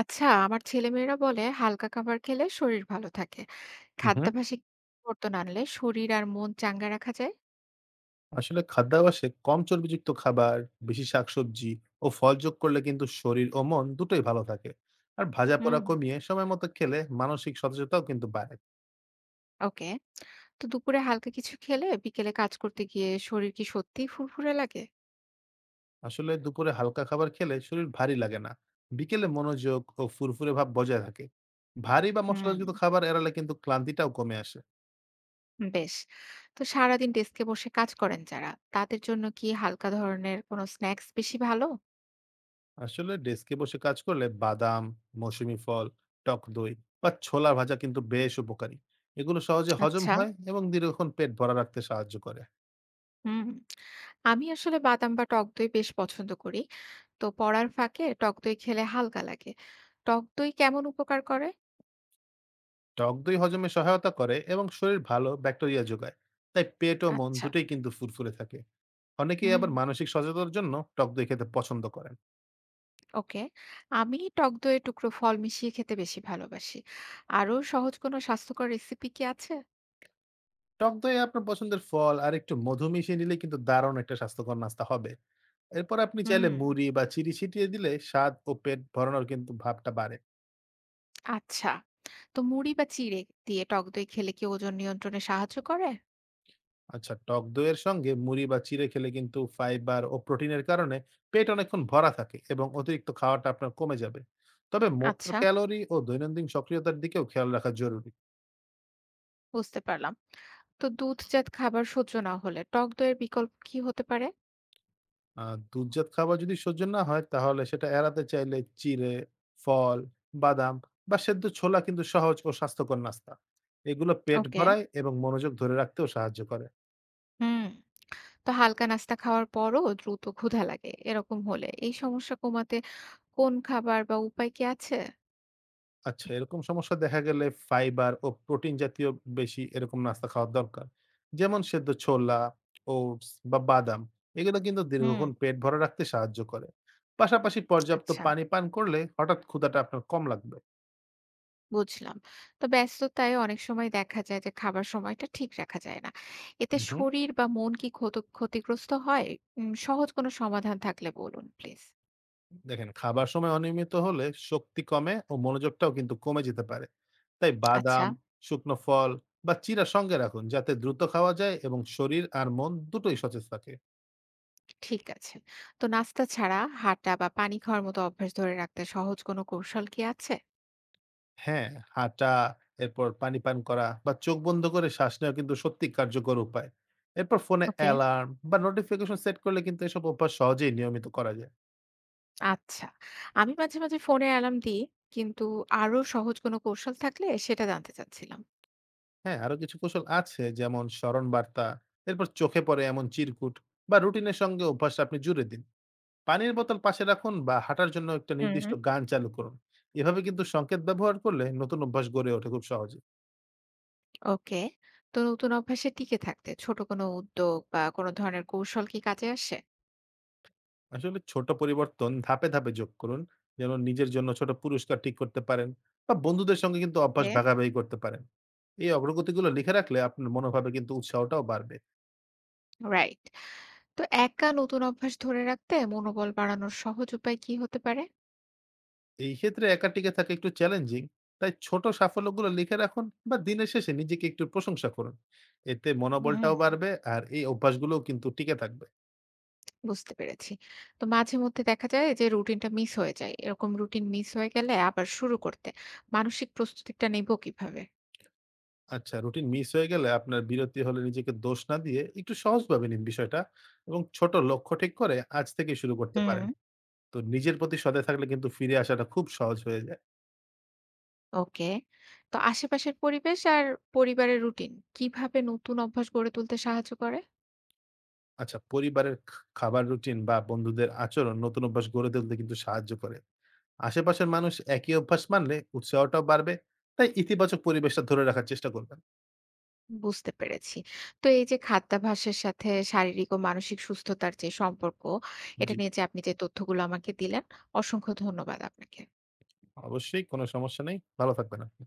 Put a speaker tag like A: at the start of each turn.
A: আচ্ছা, আমার ছেলেমেয়েরা বলে হালকা খাবার খেলে শরীর ভালো থাকে।
B: উহু।
A: খাদ্যাভ্যাসে কি পরিবর্তন আনলে শরীর আর মন চাঙ্গা রাখা যায়?
B: আসলে খাদ্যাভ্যাসে কম চর্বিযুক্ত খাবার, বেশি শাকসবজি ও ফল যোগ করলে কিন্তু শরীর ও মন দুটোই ভালো থাকে। আর
A: হুম।
B: ভাজাপোড়া কমিয়ে সময় মতো খেলে মানসিক সতেজতাও কিন্তু বাড়ে।
A: ওকে। তো দুপুরে হালকা কিছু খেলে বিকেলে কাজ করতে গিয়ে শরীর কি সত্যিই ফুরফুরে লাগে?
B: আসলে দুপুরে হালকা খাবার খেলে শরীর ভারী লাগে না। বিকেলে মনোযোগ ও ফুরফুরে ভাব বজায় থাকে। ভারী বা
A: হুম।
B: মশলাযুক্ত খাবার এড়ালে কিন্তু ক্লান্তিটাও কমে আসে।
A: বেশ। তো সারাদিন ডেস্কে বসে কাজ করেন যারা, তাদের জন্য কি হালকা ধরনের কোনো স্ন্যাক্স বেশি ভালো?
B: আসলে ডেস্কে বসে কাজ করলে বাদাম, মৌসুমী ফল, টক দই বা ছোলা ভাজা কিন্তু বেশ উপকারী। এগুলো সহজে হজম
A: আচ্ছা।
B: হয় এবং দীর্ঘক্ষণ পেট ভরা রাখতে সাহায্য করে।
A: হুম। আমি আসলে বাদাম বা টক দই বেশ পছন্দ করি। তো পড়ার ফাঁকে টক দই খেলে হালকা লাগে। টক দই কেমন উপকার করে?
B: টক দই হজমে সহায়তা করে এবং শরীর ভালো ব্যাকটেরিয়া যোগায়। তাই পেট ও মন
A: আচ্ছা।
B: দুটোই কিন্তু ফুরফুরে থাকে। অনেকেই
A: হুম,
B: আবার মানসিক সচেতনার জন্য টক দই খেতে পছন্দ করেন।
A: ওকে। আমি টক দইয়ে টুকরো ফল মিশিয়ে খেতে বেশি ভালোবাসি। আরো সহজ কোনো স্বাস্থ্যকর রেসিপি কি আছে?
B: টক দই আপনার পছন্দের ফল আর একটু মধু মিশিয়ে নিলে কিন্তু দারুণ একটা স্বাস্থ্যকর নাস্তা হবে। এরপর আপনি চাইলে
A: হুম,
B: মুড়ি বা চিড়ি ছিটিয়ে দিলে স্বাদ ও পেট ভরানোর কিন্তু ভাবটা বাড়ে।
A: আচ্ছা। তো মুড়ি বা চিড়ে দিয়ে টক দই খেলে কি ওজন নিয়ন্ত্রণে সাহায্য করে?
B: আচ্ছা, টক দইয়ের সঙ্গে মুড়ি বা চিড়ে খেলে কিন্তু ফাইবার ও প্রোটিনের কারণে পেট অনেকক্ষণ ভরা থাকে এবং অতিরিক্ত খাওয়াটা আপনার কমে যাবে। তবে মোট
A: আচ্ছা,
B: ক্যালোরি ও দৈনন্দিন সক্রিয়তার দিকেও খেয়াল রাখা জরুরি।
A: বুঝতে পারলাম। তো দুধজাত খাবার সহ্য না হলে টক দইয়ের বিকল্প কি হতে পারে?
B: আ দুধজাত খাবার যদি সহ্য না হয় তাহলে সেটা এড়াতে চাইলে চিড়ে, ফল, বাদাম বা সেদ্ধ ছোলা কিন্তু সহজ ও স্বাস্থ্যকর নাস্তা। এগুলো পেট
A: ওকে।
B: ভরায় এবং মনোযোগ ধরে রাখতেও সাহায্য করে।
A: হুম। তো হালকা নাস্তা খাওয়ার পরও দ্রুত ক্ষুধা লাগে এরকম হলে এই সমস্যা কমাতে কোন খাবার বা উপায় কি আছে?
B: আচ্ছা, এরকম সমস্যা দেখা গেলে ফাইবার ও প্রোটিন জাতীয় বেশি এরকম নাস্তা খাওয়া দরকার। যেমন সেদ্ধ ছোলা, ওটস বা বাদাম এগুলো কিন্তু
A: হুম।
B: দীর্ঘক্ষণ পেট ভরা রাখতে সাহায্য করে। পাশাপাশি পর্যাপ্ত
A: আচ্ছা।
B: পানি পান করলে হঠাৎ ক্ষুধাটা আপনার কম লাগবে।
A: বুঝলাম। তো ব্যস্ততায় অনেক সময় দেখা যায় যে খাবার সময়টা ঠিক রাখা যায় না। এতে
B: উহু।
A: শরীর বা মন কি ক্ষতিগ্রস্ত হয়? সহজ কোনো সমাধান থাকলে বলুন প্লিজ।
B: দেখেন, খাবার সময় অনিয়মিত হলে শক্তি কমে ও মনোযোগটাও কিন্তু কমে যেতে পারে। তাই
A: আচ্ছা।
B: বাদাম, শুকনো ফল বা চিরা সঙ্গে রাখুন যাতে দ্রুত খাওয়া যায় এবং শরীর আর মন দুটোই সতেজ থাকে।
A: ঠিক আছে। তো নাস্তা ছাড়া হাঁটা বা পানি খাওয়ার মতো অভ্যাস ধরে রাখতে সহজ কোনো কৌশল কি আছে?
B: হ্যাঁ, হাঁটা, এরপর পানি পান করা বা চোখ বন্ধ করে শ্বাস নেওয়া কিন্তু সত্যি কার্যকর উপায়। এরপর ফোনে
A: ওকে।
B: অ্যালার্ম বা নোটিফিকেশন সেট করলে কিন্তু এসব অভ্যাস সহজেই নিয়মিত করা যায়।
A: আচ্ছা। আমি মাঝে মাঝে ফোনে অ্যালার্ম দিই। কিন্তু আরো সহজ কোনো কৌশল থাকলে সেটা জানতে চাচ্ছিলাম।
B: হ্যাঁ, আরো কিছু কৌশল আছে, যেমন স্মরণ বার্তা, এরপর চোখে পড়ে এমন চিরকুট বা রুটিনের সঙ্গে অভ্যাসটা আপনি জুড়ে দিন। পানির বোতল পাশে রাখুন বা হাঁটার জন্য একটা
A: হুম।
B: নির্দিষ্ট গান চালু করুন। এভাবে কিন্তু সংকেত ব্যবহার করলে নতুন অভ্যাস গড়ে ওঠে খুব সহজে।
A: ওকে। তো নতুন অভ্যাসে টিকে থাকতে ছোট কোনো উদ্যোগ বা কোনো ধরনের কৌশল কি কাজে আসে?
B: আসলে ছোট পরিবর্তন ধাপে, ধাপে যোগ করুন। যেমন নিজের জন্য ছোট পুরস্কার ঠিক করতে পারেন বা বন্ধুদের সঙ্গে কিন্তু অভ্যাস
A: ওকে,
B: ভাগাভাগি করতে পারেন। এই অগ্রগতিগুলো লিখে রাখলে আপনার মনোভাবে কিন্তু উৎসাহটাও বাড়বে।
A: রাইট। তো একা নতুন অভ্যাস ধরে রাখতে মনোবল বাড়ানোর সহজ উপায় কি হতে পারে?
B: এই ক্ষেত্রে একা টিকে থাকা একটু চ্যালেঞ্জিং। তাই ছোট সাফল্যগুলো লিখে রাখুন বা দিনের শেষে নিজেকে একটু প্রশংসা করুন। এতে মনোবলটাও
A: হুম,
B: বাড়বে আর এই অভ্যাসগুলোও কিন্তু টিকে থাকবে।
A: বুঝতে পেরেছি। তো মাঝে মধ্যে দেখা যায় যে রুটিনটা মিস হয়ে যায়। এরকম রুটিন মিস হয়ে গেলে আবার শুরু করতে মানসিক প্রস্তুতিটা নেব কিভাবে?
B: আচ্ছা, রুটিন মিস হয়ে গেলে আপনার বিরতি হলে নিজেকে দোষ না দিয়ে একটু সহজভাবে নিন বিষয়টা এবং ছোট লক্ষ্য ঠিক করে আজ থেকে শুরু করতে
A: হুম।
B: পারেন। তো নিজের প্রতি সদয় থাকলে কিন্তু ফিরে আসাটা খুব সহজ হয়ে যায়।
A: ওকে। তো আশেপাশের পরিবেশ আর পরিবারের রুটিন কিভাবে নতুন অভ্যাস গড়ে তুলতে সাহায্য করে?
B: আচ্ছা, পরিবারের খাবার রুটিন বা বন্ধুদের আচরণ নতুন অভ্যাস গড়ে তুলতে কিন্তু সাহায্য করে। আশেপাশের মানুষ একই অভ্যাস মানলে উৎসাহটাও বাড়বে। তাই ইতিবাচক পরিবেশটা ধরে রাখার চেষ্টা করবেন।
A: বুঝতে পেরেছি। তো এই যে খাদ্যাভ্যাসের সাথে শারীরিক ও মানসিক সুস্থতার যে সম্পর্ক, এটা
B: জি,
A: নিয়ে যে আপনি যে তথ্যগুলো আমাকে দিলেন, অসংখ্য ধন্যবাদ আপনাকে।
B: অবশ্যই কোনো সমস্যা নেই। ভালো থাকবেন আপনি।